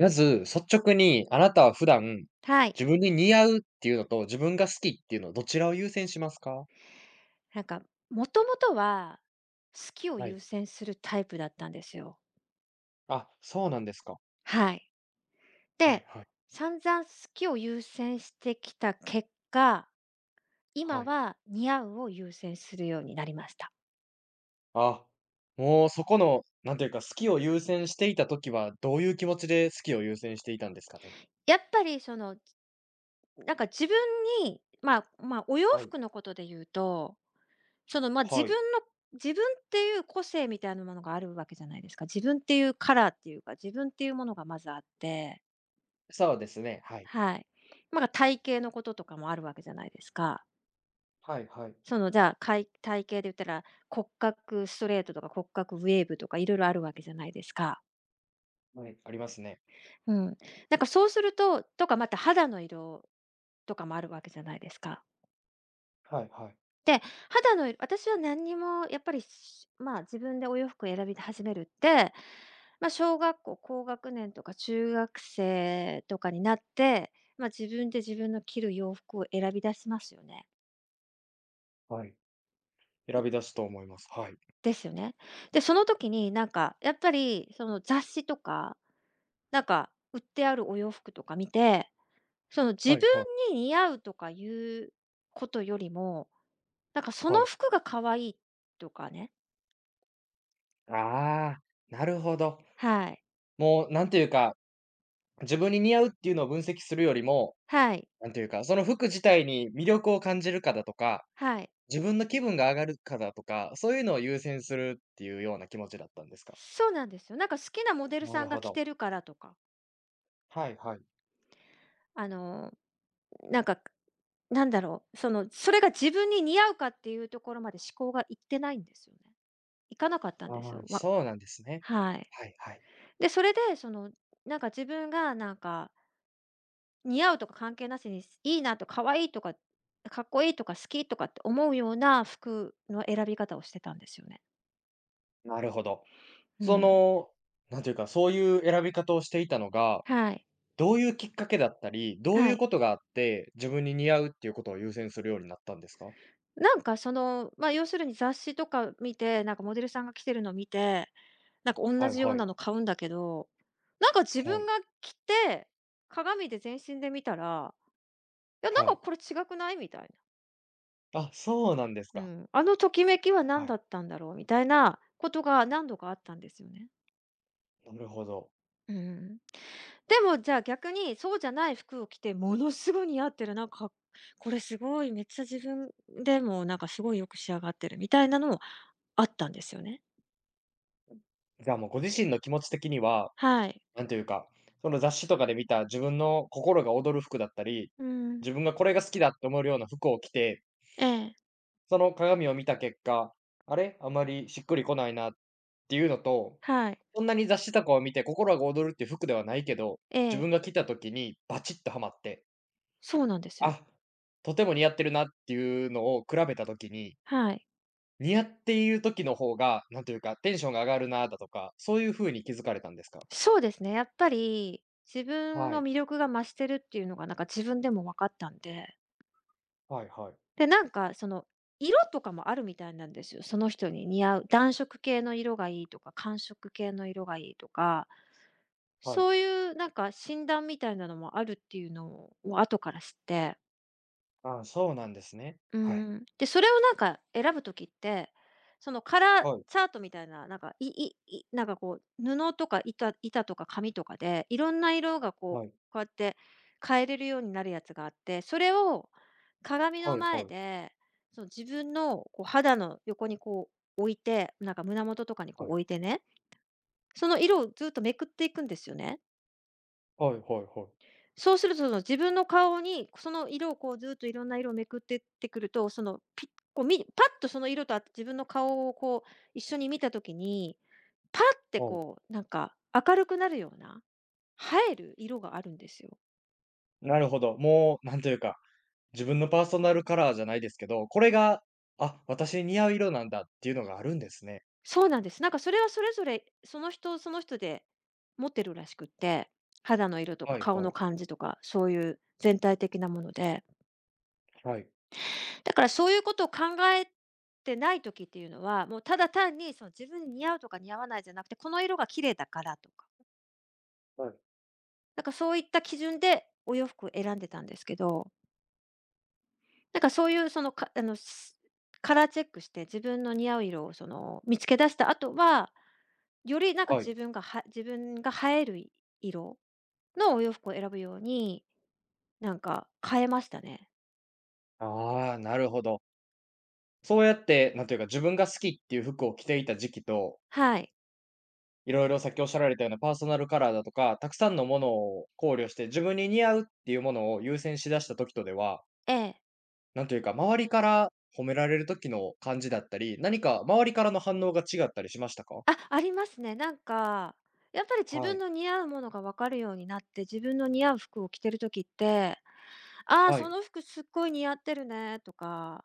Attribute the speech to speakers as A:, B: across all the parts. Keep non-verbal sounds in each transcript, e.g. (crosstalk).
A: まず、率直に、あなたは普段、
B: はい。
A: 自分に似合うっていうのと、自分が好きっていうの、どちらを優先しますか？
B: なんか、もともとは好きを
A: は
B: 優
A: い。
B: 先するタイプだったんですよ。
A: あ、そうなんですか。
B: はい。
A: はい
B: で、
A: はい。
B: 散々好きを優先してきた結果、今
A: はい。
B: は似合うを優先するようになりました。
A: あ、もうそこの、なんていうか、好きを優先していた時は、どういう気持ちで好きを優先していたんですかね？
B: やっぱり自分に、お洋
A: はい。
B: 服のことで言うと、その、まあ、自
A: は
B: 分
A: い。
B: の自分っていう個性みたいなものがあるわけじゃないですか。自分っていうカラーっていうか、自分っていうものがまずあって。
A: そうですね、はい。
B: はい。体型のこととかもあるわけじゃないですか。
A: はいはい。
B: じゃあ、体型で言ったら、骨格ストレートとか骨格ウェーブとかいろいろあるわけじゃないですか。
A: はい、ありますね。
B: うん。そうするととかまた肌の色とかもあるわけじゃないですか。
A: はいはい。
B: で、肌の色私は何にもやっぱり、しまあ、自分でお洋服を選び始めるって、小学校高学年とか中学生とかになって、自分で自分の着る洋服を選び出しますよね。
A: はい。選び出すと思います。はい。
B: ですよね。で、その時にやっぱりその雑誌とか、売ってあるお洋服とか見て、その自
A: はい
B: 分
A: はい。
B: に似合うとかいうことよりも、そ
A: は
B: の
A: い。
B: 服が可愛いとかね。
A: ああ、なるほど。
B: はい。
A: もうなんていうか、自分に似合うっていうのを分析するよりも、
B: はい。
A: なんていうか、その服自体に魅力を感じるかだとか、
B: はい。
A: 自分の気分が上がるかだとか、そういうのを優先するっていうような気持ちだったんですか？
B: そうなんですよ。好きなモデル
A: な
B: さ
A: る
B: んが
A: ほ
B: 着
A: ど。
B: てるからとか、
A: はいはい。
B: あの、なんか、それが自分に似合うかっていうところまで思考がいってないんですよね。いかなかったん
A: あ
B: です
A: あ、
B: よ。
A: そうなんですね。
B: はい。
A: はいはい。
B: で、それで、自分が似合うとか関係なしに、いいなと、可愛いとか、かっこいいとか、好きとかって思うような服の選び方をしてたんですよね。
A: なるほど。
B: う
A: そ
B: ん。
A: の、なんていうか、そういう選び方をしていたのが、
B: はい、
A: どういうきっかけだったり、どう
B: は
A: いう
B: い。
A: ことがあって、自分に似合うっていうことを優先するようになったんですか？
B: 要するに雑誌とか見て、モデルさんが着てるの見て、同
A: はい
B: じよう
A: はい。
B: なの買うんだけど、自
A: は
B: 分
A: い。
B: が着て、鏡で全身で見たら、いや、
A: はい。
B: これ違くない？みたいな。
A: あ、そうなんです
B: う
A: か。
B: ん、あのときめきは
A: は
B: 何だ
A: い。
B: ったんだろうみたいなことが何度かあったんですよね。
A: なるほど。
B: うん。でもじゃあ逆にそうじゃない服を着てものすごい似合ってる、これすごいめっちゃ自分でもすごいよく仕上がってるみたいなのもあったんですよね。
A: じゃあもうご自身の気持ち的には、
B: はい。
A: なんというか、その雑誌とかで見た自分の心が躍る服だったり、
B: うん。
A: 自分がこれが好きだって思えるような服を着て、
B: ええ、
A: その鏡を見た結果、あれ、あまりしっくりこないなっていうのと、
B: はい。
A: そんなに雑誌とかを見て心が躍るっていう服ではないけど、
B: え
A: 自
B: え、
A: 分が着た時にバチッとハマって、
B: そうなんですよ。
A: あ、とても似合ってるなっていうのを比べた時に、
B: はい。
A: 似合っている時の方が、なんというか、テンションが上がるなだとか、そういう風に気づかれたんですか？
B: そうですね、やっぱり自分
A: は
B: の
A: い。
B: 魅力が増してるっていうのが自分でも分かったんで。
A: はいはい。
B: で、色とかもあるみたいなんですよ。その人に似合う暖色系の色がいいとか、寒色系の色がいいとか、
A: はい。
B: そういう診断みたいなのもあるっていうのを後から知って。
A: ああ、そうなんですね。はい。
B: で、それを選ぶ時って、そのカラー
A: はい。
B: チャートみたいな、なんか、いいいなんかこう、布とか板とか紙とかで、いろんな色が
A: はい。
B: こうやって変えれるようになるやつがあって、それを鏡の
A: はい
B: 前
A: はい。
B: で、その自分のこう肌の横にこう、胸元とかにこ
A: は
B: う
A: い。
B: 置いてね、その色をずっとめくっていくんですよね。
A: はいはいはい。
B: そうすると、その自分の顔に、その色をこうずっといろんな色をめくってってくると、その、ピこうみパッとその色と自分の顔をこう一緒に見たときに、パッて
A: はい。
B: こう明るくなるような、映える色があるんですよ。
A: なるほど。もう、なんというか、自分のパーソナルカラーじゃないですけど、これが、あ、私に似合う色なんだっていうのがあるんですね。
B: そうなんです。それはそれぞれ、その人その人で持ってるらしくって、肌の色とか
A: はい
B: 顔
A: は
B: の
A: い。
B: 感じとか、そういう全体的なもので。
A: はい。
B: だからそういうことを考えてない時っていうのは、もうただ単にその自分に似合うとか似合わないじゃなくて、この色が綺麗だからとか、
A: はい。
B: そういった基準でお洋服を選んでたんですけど、なんかそういうそのかあの、すカラーチェックして自分の似合う色を見つけ出した後は、より
A: はい。
B: 自分が映える色のお洋服を選ぶように、変えましたね。
A: ああ、なるほど。そうやって、なんというか、自分が好きっていう服を着ていた時期と、
B: はい。
A: いろいろさっきおっしゃられたようなパーソナルカラーだとか、たくさんのものを考慮して、自分に似合うっていうものを優先しだした時とでは、
B: ええ。
A: なんというか、周りから褒められる時の感じだったり、何か周りからの反応が違ったりしましたか？
B: あ、ありますね。やっぱり自
A: は
B: 分
A: い。
B: の似合うものが分かるようになって、自分の似合う服を着てる時って、「ああ、
A: は
B: そ
A: い。
B: の服すっごい似合ってるね」とか、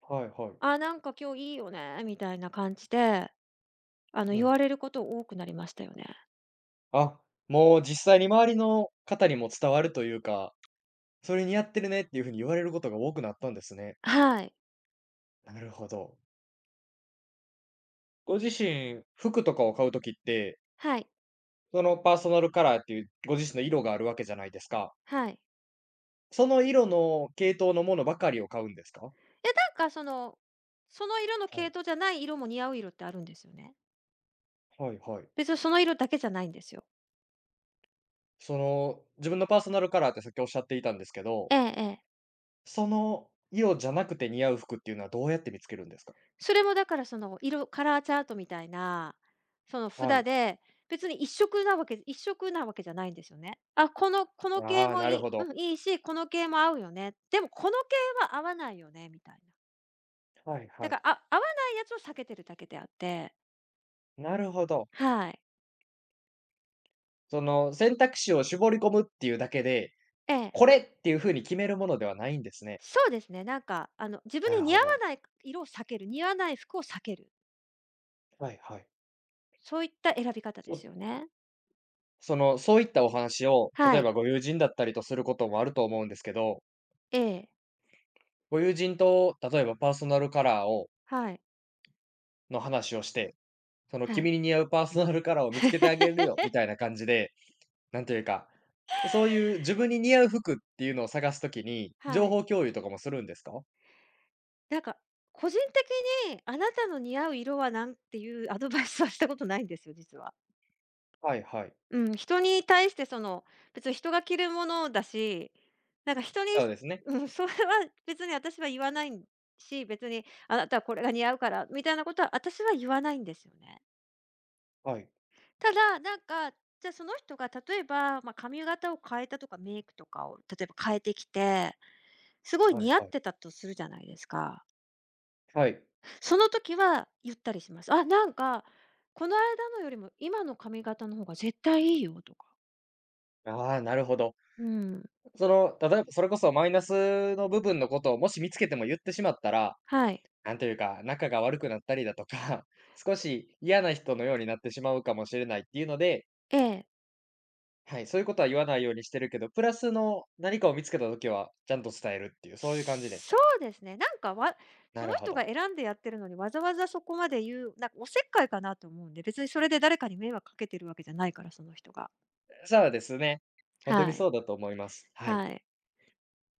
A: はいは
B: 「ああ、なんか今日いいよね」みたいな感じで、
A: い。
B: 言
A: はい。
B: われること多くなりましたよね。
A: あ、もう実際に周りの方にも伝わるというか、それ似合ってるねっていう風に言われることが多くなったんですね。
B: はい。
A: なるほど。ご自身、服とかを買うときって、
B: はい。
A: そのパーソナルカラーっていうご自身の色があるわけじゃないですか。
B: はい。
A: その色の系統のものばかりを買うんですか？
B: いや、その色の
A: は
B: 系
A: い。
B: 統じゃない色も似合う色ってあるんですよね。
A: はいはい。
B: 別にその色だけじゃないんですよ。
A: その、自分のパーソナルカラーってさっきおっしゃっていたんですけど、
B: ええええ。
A: その色じゃなくて似合う服っていうのはどうやって見つけるんですか？
B: それもだからその色カラーチャートみたいな、その
A: は
B: 札
A: い。
B: で、別に一色なわけじゃないんですよね。あ、この系
A: ああ、
B: も
A: なる
B: いい
A: ほど。
B: うん、いいし、この系も合うよね。でもこの系は合わないよねみたいな。
A: はい
B: だ
A: は
B: か
A: い。
B: ら、合わないやつを避けてるだけであって。
A: なるほど。
B: はい。
A: その選択肢を絞り込むっていうだけで、
B: ええ。
A: これっていう風に決めるものではないんですね。
B: そうですね、自分
A: な
B: に
A: る
B: 似合
A: ほ
B: わ
A: ど。
B: ない色を避ける、似合わない服を避ける、
A: はいはい。
B: そういった選び方で
A: そ
B: すよね。
A: その、そういったお話を、
B: は
A: 例え
B: い。
A: ばご友人だったりとすることもあると思うんですけど、
B: ええ。
A: ご友人と例えばパーソナルカラーを
B: はい。
A: の話をして、その
B: は
A: 君
B: い。
A: に似合うパーソナルカラーを見つけてあげるよみ
B: (laughs)
A: たいな感じで、なんというか、そういう自分に似合う服っていうのを探すときに、情
B: はい。
A: 報共有とかもするんですか？
B: なんか、個人的にあなたの似合う色は何っていうアドバイスはしたことないんですよ、実は。
A: はいはい。
B: うん、人に対して別に人が着るものだし、人に、
A: そうですね。
B: うん、それは別に私は言わないし、別にあなたはこれが似合うからみたいなことは私は言わないんですよね。
A: はい。
B: ただ、じゃあその人が例えば、髪型を変えたとかメイクとかを例えば変えてきて、すごい
A: は
B: 似
A: い
B: 合
A: は
B: って
A: い。
B: たとするじゃないですか。
A: はい。
B: その時は言ったりします。あ、この間のよりも今の髪型の方が絶対いいよとか。
A: ああ、なるほど。
B: うん。
A: その、例えばそれこそマイナスの部分のことをもし見つけても言ってしまったら、
B: はい。
A: なんというか、仲が悪くなったりだとか、(laughs) 少し嫌な人のようになってしまうかもしれないっていうので、
B: ええ。
A: はい、そういうことは言わないようにしてるけど、プラスの何かを見つけたときは、ちゃんと伝えるっていう、そういう感じです
B: そ
A: か？
B: うですね。なんかわそ
A: な
B: の
A: るほ
B: 人が
A: ど。
B: 選んでやってるのにわざわざそこまで言う、おせっかいかなと思うんで、別にそれで誰かに迷惑かけてるわけじゃないから、その人が。
A: そうですね。ほんと
B: は
A: に
B: い。
A: そうだと思います。はい。
B: はい。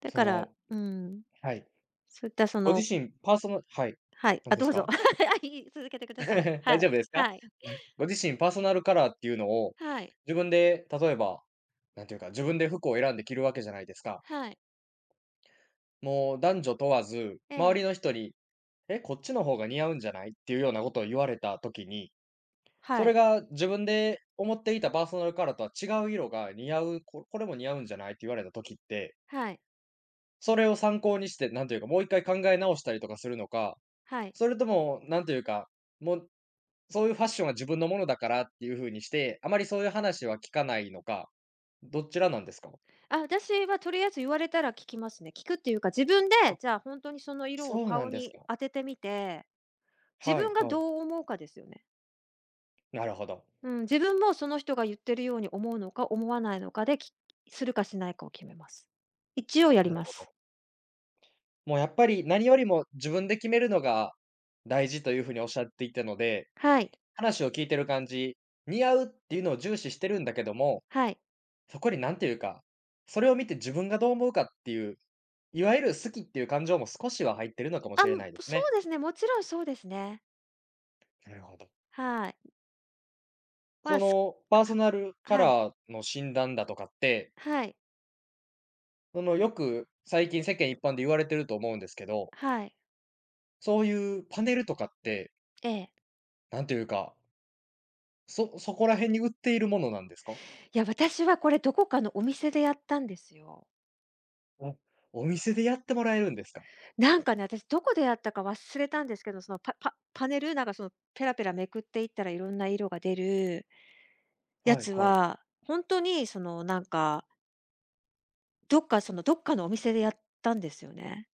B: だ
A: そ
B: から、
A: の、
B: うん。
A: はい。
B: そういったそ
A: ご
B: の
A: 自身、パーソナ、はい。
B: はい。
A: 何
B: あ、
A: で
B: ど
A: す
B: うぞ。
A: か？
B: (laughs) あ、いい、続けてください。
A: (laughs)
B: は
A: 大丈
B: い。
A: 夫ですか？
B: はい。
A: (laughs) ご自身パーソナルカラーっていうのを、
B: はい。
A: 自分で例えば、なんていうか、自分で服を選んで着るわけじゃないですか。
B: はい。
A: もう男女問わず、
B: え
A: 周り
B: え。
A: の人に「え、こっちの方が似合うんじゃない？」っていうようなことを言われたときに、そ
B: は
A: れ
B: い。
A: が自分で思っていたパーソナルカラーとは違う色が似合う、これも似合うんじゃないって言われた時って、
B: はい。
A: それを参考にして、なんというか、もう一回考え直したりとかするのか、
B: はい。
A: それともなんというか、もう、そういうファッションは自分のものだからっていう風にして、あまりそういう話は聞かないのか、どちらなんですか？
B: あ、私はとりあえず言われたら聞きますね。聞くっていうか、自分で、
A: あ、
B: じゃあ本当にその色を
A: そうな
B: 顔
A: んです
B: に
A: か。
B: 当ててみて、自
A: はい
B: 分が
A: はい。
B: どう思うかですよね。
A: なるほど。
B: うん、自分もその人が言ってるように思うのか思わないのかで、するかしないかを決めます。一応やり
A: なる
B: ま
A: ほど。
B: す。
A: もうやっぱり何よりも自分で決めるのが大事という風におっしゃっていたので、
B: はい、
A: 話を聞いてる感じ、似合うっていうのを重視してるんだけども、
B: はい。
A: そこになんていうか、それを見て自分がどう思うかっていう、いわゆる好きっていう感情も少しは入ってるのかも
B: あ、
A: しれないです
B: そ
A: ね。
B: うですね、もちろんそうですね。
A: なるほど。
B: はい。ま
A: そ
B: あ、す
A: のパーソ
B: は
A: ナルカ
B: はい、
A: ラーの診断だとかって、
B: はい、
A: そのよく最近世間一般で言われてると思うんですけど、
B: はい。
A: そういうパネルとかって、
B: ええ。
A: なんていうか、そこら辺に売っているものなんですか？
B: いや、私はこれどこかのお店でやったんですよ。
A: おお店でやってもらえるんですか？
B: 私どこでやったか忘れたんですけど、そのパネル、ペラペラめくっていったらいろんな色が出るや
A: はい
B: つ
A: はい。
B: は、ほんとにどっかのお店でやったんですよね。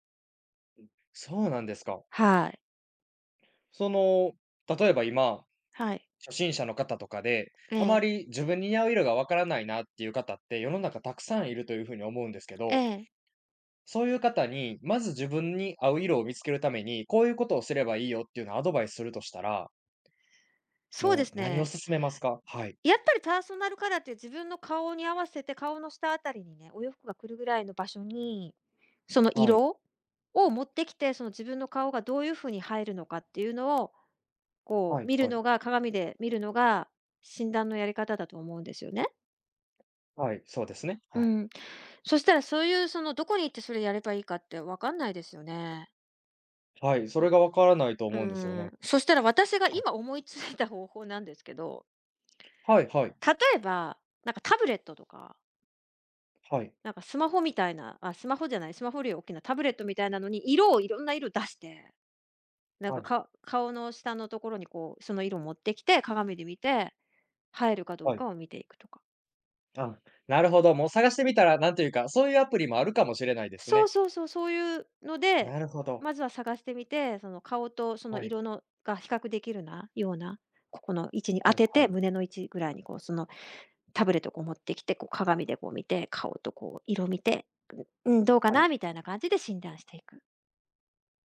A: そうなんですか。
B: はい。
A: その、例えば今、
B: はい。
A: 初心者の方とかで、
B: え
A: あま
B: え。
A: り自分に似合う色がわからないなっていう方って世の中たくさんいるというふうに思うんですけ
B: え
A: ど、
B: え。
A: そういう方に、まず自分に合う色を見つけるために、こういうことをすればいいよっていうのをアドバイスするとしたら、
B: そうで
A: もう
B: す
A: 何を
B: ね。
A: 勧めますか？はい。
B: やっぱりパーソナルカラーって自分の顔に合わせて、顔の下あたりにね、お洋服が来るぐらいの場所に、その
A: はい。
B: 色を持ってきて、その自分の顔がどういう風に入るのかっていうのをこ
A: は
B: う
A: い。
B: 見る
A: はい。
B: のが鏡で見るのが、診断のやり方だと思うんですよね。
A: はい。そうですね。は
B: う
A: い。
B: ん。そしたら、そういうその、どこに行ってそれやればいいかって分かんないですよね。
A: はい。そ
B: う
A: れがわからないと思うんですよね。
B: そしたら私が
A: はい。
B: 今思いついた方法なんですけど、
A: はい。はい。
B: 例えば、なんかタブレットとか、
A: はい。
B: なんかスマホみたいな、あ、スマホじゃない、スマホより大きなタブレットみたいなのに、いろんな色出して、
A: はい。
B: 顔の下のところにこう、その色持ってきて、鏡で見て、映えるかどうかを見ていくとか。
A: あ、なるほど。もう探してみたら、なんというか、そういうアプリもあるかもしれないです
B: そう
A: ね。
B: そうそう、そういうので、
A: なるほど。
B: まずは探してみて、その顔とその
A: はい。
B: 色のが比較できるなような、ここの位置に当
A: はい
B: て
A: は
B: て、
A: い。
B: 胸の位置ぐらいにこう、そのタブレットをこう持ってきて、こう鏡でこう見て、顔とこう色見て、うん、どうか
A: はい。
B: なみたいな感じで診断していく。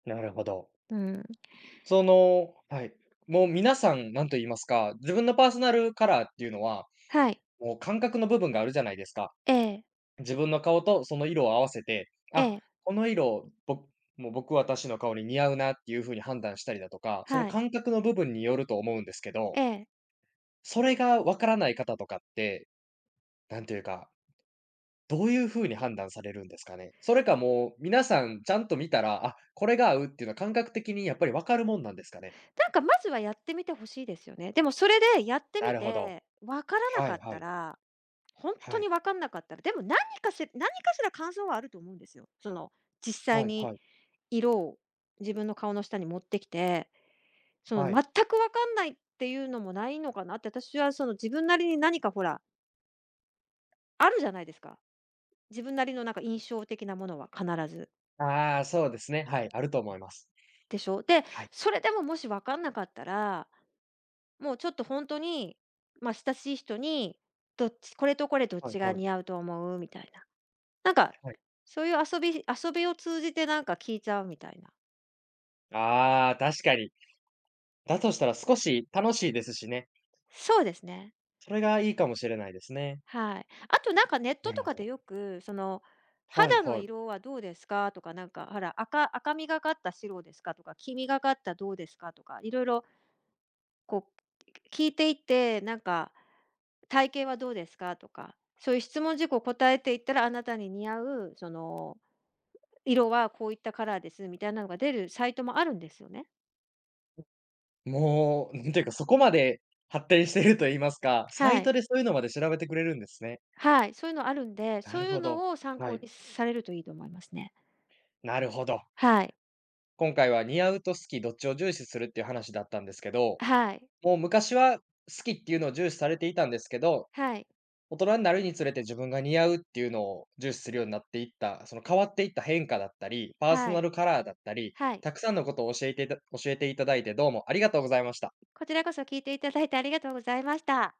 A: なるほど。
B: うん。
A: その、はい。もう皆さん、なんと言いますか、自分のパーソナルカラーっていうのは、
B: はい。
A: もう感覚の部分があるじゃないですか。
B: ええ、
A: 自分の顔とその色を合わせて、
B: え
A: あ、
B: え、
A: この色、もう私の顔に似合うなっていう風に判断したりだとか、その
B: はい。
A: 感覚の部分によると思うんですけど、
B: ええ。
A: それがわからない方とかって、なんていうか、どういうふうに判断されるんですかね？それかもう、皆さんちゃんと見たら、あ、これが合うっていうのは感覚的にやっぱり分かるもんなんですかね？
B: なんかまずはやってみてほしいですよね。でもそれでやって
A: な
B: み
A: るほど。
B: て、わからな
A: は
B: か
A: い
B: っ
A: は
B: た
A: い。
B: ら本当
A: はい。
B: に分かんなかったら、でも何かしら感想はあると思うんですよ。その、実際
A: はい
B: に
A: はい。
B: 色を自分の顔の下に持ってきて、その、
A: は
B: 全
A: い。
B: く分かんないっていうのもないのかなって、私はその自分なりに何かほら、あるじゃないですか。自分なりのなんか印象的なものは必ず、
A: ああ、そうですね。はい、あると思います。
B: でしょ。で、
A: はい。
B: それでももし分かんなかったら、もうちょっと本当に、まあ、親しい人に、どっちこれとこれどっ
A: はい
B: ちが
A: はい。
B: 似合うと思う？みたいな。なんか、
A: はい。
B: そういう遊びを通じてなんか聞いちゃうみたいな。
A: ああ、確かに。だとしたら少し楽しいですしね。
B: そうですね。
A: それがいいかもしれないですね。
B: はい。あとなんかネット
A: なる
B: と
A: ほ
B: かで
A: ど。
B: よく、その、
A: はい
B: 「肌の
A: はい。
B: 色はどうですか？」とか、なんか、ほら、赤みがかった白ですかとか、黄みがかったどうですかとか、いろいろこう、聞いていって、なんか、「体型はどうですか？」とか、そういう質問事項を答えていったら、あなたに似合う、その、色はこういったカラーですみたいなのが出るサイトもあるんですよね。
A: もう、なんていうか、そこまで発展してると言いますか、サ
B: は
A: イト
B: い。
A: でそういうのまで調べてくれるんですね。
B: はい、そういうのあるんで、そ
A: な
B: う
A: る
B: いう
A: ほ
B: の
A: ど。
B: を参
A: は
B: 考
A: い。
B: にされるといいと思いますね。
A: なるほど。
B: はい、
A: 今回は似合うと好き、どっちを重視するっていう話だったんですけど、
B: はい、
A: もう昔は好きっていうのを重視されていたんですけど、
B: はい、
A: 大人になるにつれて自分が似合うっていうのを重視するようになっていった、その変わっていった変化だったり、パーソ
B: は
A: ナ
B: い、
A: ルカラーだったり、
B: はい。
A: たくさんのことを教えていただいてどうもありがとうございました。
B: こちらこそ聞いていただいてありがとうございました。